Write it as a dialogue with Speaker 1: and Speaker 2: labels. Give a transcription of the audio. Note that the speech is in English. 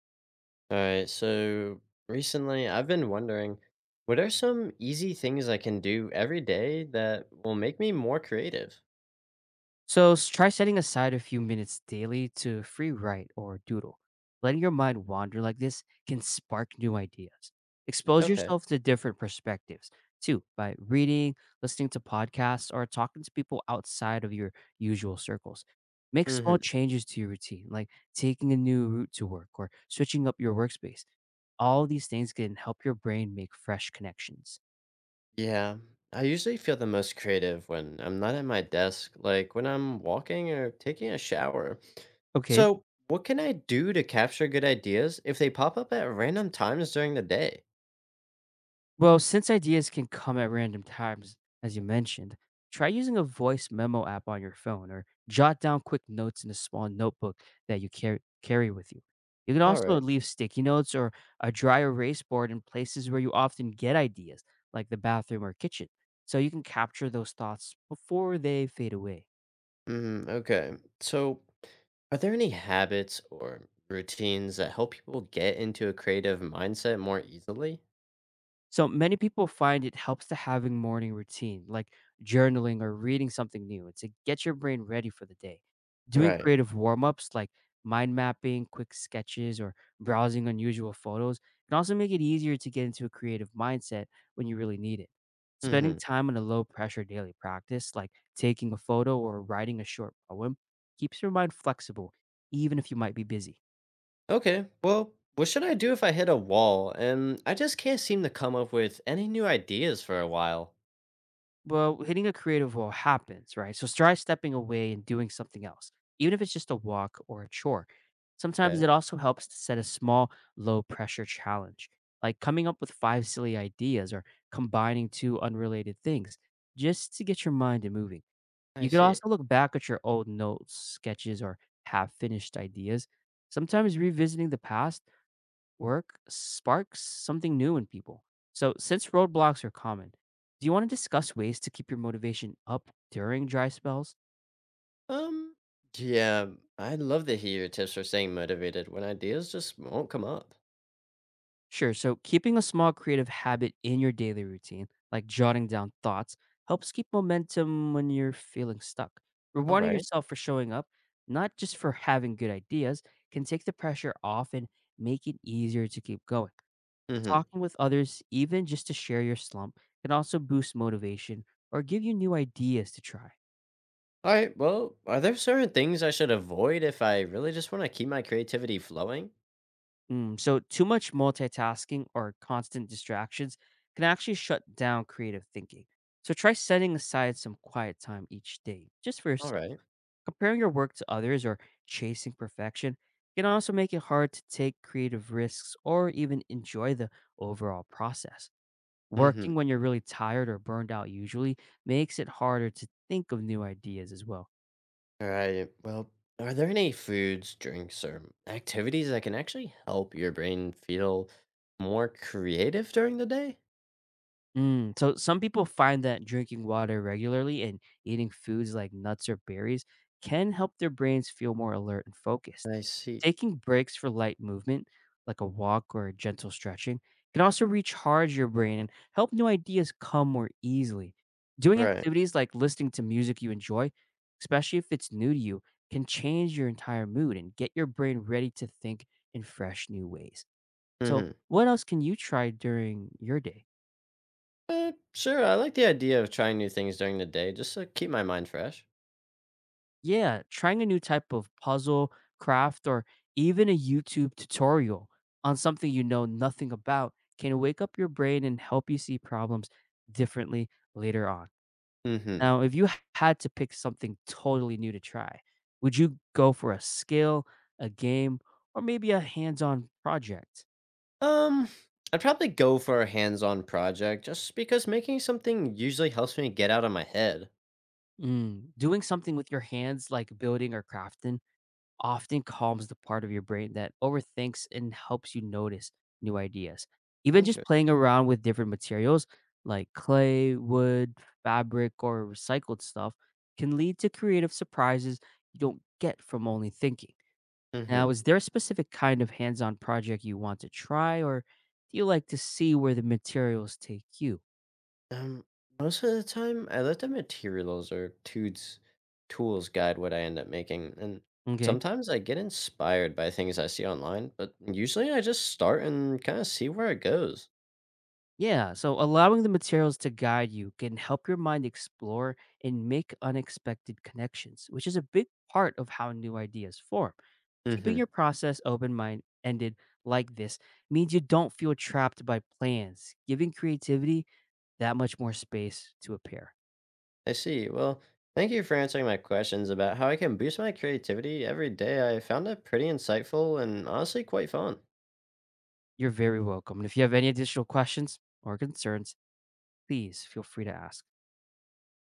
Speaker 1: All right, so recently I've been wondering, what are some easy things I can do every day that will make me more creative?
Speaker 2: So try setting aside a few minutes daily to free write or doodle. Letting your mind wander like this can spark new ideas. Expose
Speaker 1: Okay.
Speaker 2: yourself to different perspectives too by reading, listening to podcasts, or talking to people outside of your usual circles. Make small
Speaker 1: hmm
Speaker 2: changes to your routine, like taking a new route to work or switching up your workspace. All these things can help your brain make fresh connections.
Speaker 1: Yeah, I usually feel the most creative when I'm not at my desk, like when I'm walking or taking a shower.
Speaker 2: Okay,
Speaker 1: So, what can I do to capture good ideas if they pop up at random times during the day?
Speaker 2: well, since ideas can come at random times, as you mentioned, try using a voice memo app on your phone or jot down quick notes in a small notebook that you carry with you. You can
Speaker 1: All
Speaker 2: also
Speaker 1: right.
Speaker 2: leave sticky notes or a dry erase board in places where you often get ideas, like the bathroom or kitchen, so you can capture those thoughts before they fade away.
Speaker 1: Mm, okay. So, are there any habits or routines that help people get into a creative mindset more easily?
Speaker 2: So many people find it helps to having morning routine, like journaling or reading something new to get your brain ready for the day. Doing
Speaker 1: Right.
Speaker 2: creative warm-ups like mind mapping, quick sketches, or browsing unusual photos can also make it easier to get into a creative mindset when you really need it. Spending
Speaker 1: Mm-hmm.
Speaker 2: time on a low pressure daily practice, like taking a photo or writing a short poem, keeps your mind flexible, even if you might be busy.
Speaker 1: Okay. Well, what should I do if I hit a wall and I just can't seem to come up with any new ideas for a while?
Speaker 2: Well, hitting a creative wall happens, right? So try stepping away and doing something else, even if it's just a walk or a chore. Sometimes
Speaker 1: Okay.
Speaker 2: it also helps to set a small, low pressure challenge, like coming up with five silly ideas or combining two unrelated things, just to get your mind moving.
Speaker 1: I
Speaker 2: You could
Speaker 1: see.
Speaker 2: also look back at your old notes, sketches, or half finished ideas. Sometimes revisiting the past work sparks something new in people. So, since roadblocks are common, do you want to discuss ways to keep your motivation up during dry spells?
Speaker 1: Um, yeah, I'd love to hear your tips for staying motivated when ideas just won't come up.
Speaker 2: Sure. So, keeping a small creative habit in your daily routine, like jotting down thoughts, helps keep momentum when you're feeling stuck.
Speaker 1: All
Speaker 2: Rewarding
Speaker 1: right.
Speaker 2: yourself for showing up, not just for having good ideas, can take the pressure off and make it easier to keep going.
Speaker 1: Mm-hmm.
Speaker 2: Talking with others, even just to share your slump, can also boost motivation or give you new ideas to try.
Speaker 1: All right. Well, are there certain things I should avoid if I really just want to keep my creativity flowing?
Speaker 2: Mm, so, too much multitasking or constant distractions can actually shut down creative thinking. So, try setting aside some quiet time each day just for
Speaker 1: All
Speaker 2: yourself.
Speaker 1: right.
Speaker 2: Comparing your work to others or chasing perfection can also make it hard to take creative risks or even enjoy the overall process.
Speaker 1: Mm-hmm.
Speaker 2: Working when you're really tired or burned out usually makes it harder to think of new ideas as well.
Speaker 1: All right. Well, are there any foods, drinks, or activities that can actually help your brain feel more creative during the day?
Speaker 2: Mm, so some people find that drinking water regularly and eating foods like nuts or berries can help their brains feel more alert and focused.
Speaker 1: I see.
Speaker 2: Taking breaks for light movement, like a walk or gentle stretching, can also recharge your brain and help new ideas come more easily. Doing
Speaker 1: Right.
Speaker 2: activities like listening to music you enjoy, especially if it's new to you, can change your entire mood and get your brain ready to think in fresh new ways. So,
Speaker 1: Mm-hmm.
Speaker 2: what else can you try during your day?
Speaker 1: Sure. I like the idea of trying new things during the day just to keep my mind fresh.
Speaker 2: Yeah, trying a new type of puzzle, craft, or even a YouTube tutorial on something you know nothing about can wake up your brain and help you see problems differently later on.
Speaker 1: Mm-hmm.
Speaker 2: Now, if you had to pick something totally new to try, would you go for a skill, a game, or maybe a hands on project?
Speaker 1: Um, I'd probably go for a hands-on project just because making something usually helps me get out of my head.
Speaker 2: Mm, doing something with your hands, like building or crafting, often calms the part of your brain that overthinks and helps you notice new ideas. Even just playing
Speaker 1: Interesting.
Speaker 2: around with different materials like clay, wood, fabric, or recycled stuff can lead to creative surprises you don't get from only thinking.
Speaker 1: Mm-hmm.
Speaker 2: Now, is there a specific kind of hands on project you want to try, or do you like to see where the materials take you?
Speaker 1: Um, Most of the time, I let the materials or tools guide what I end up making, and
Speaker 2: Okay.
Speaker 1: sometimes I get inspired by things I see online, but usually I just start and kind of see where it goes.
Speaker 2: Yeah, so allowing the materials to guide you can help your mind explore and make unexpected connections, which is a big part of how new ideas form. Keeping
Speaker 1: Mm-hmm.
Speaker 2: your process open mind ended like this means you don't feel trapped by plans, giving creativity that much more space to appear.
Speaker 1: I see. Well, thank you for answering my questions about how I can boost my creativity every day. I found it pretty insightful and honestly quite fun.
Speaker 2: You're very welcome. And if you have any additional questions or concerns, please feel free to ask.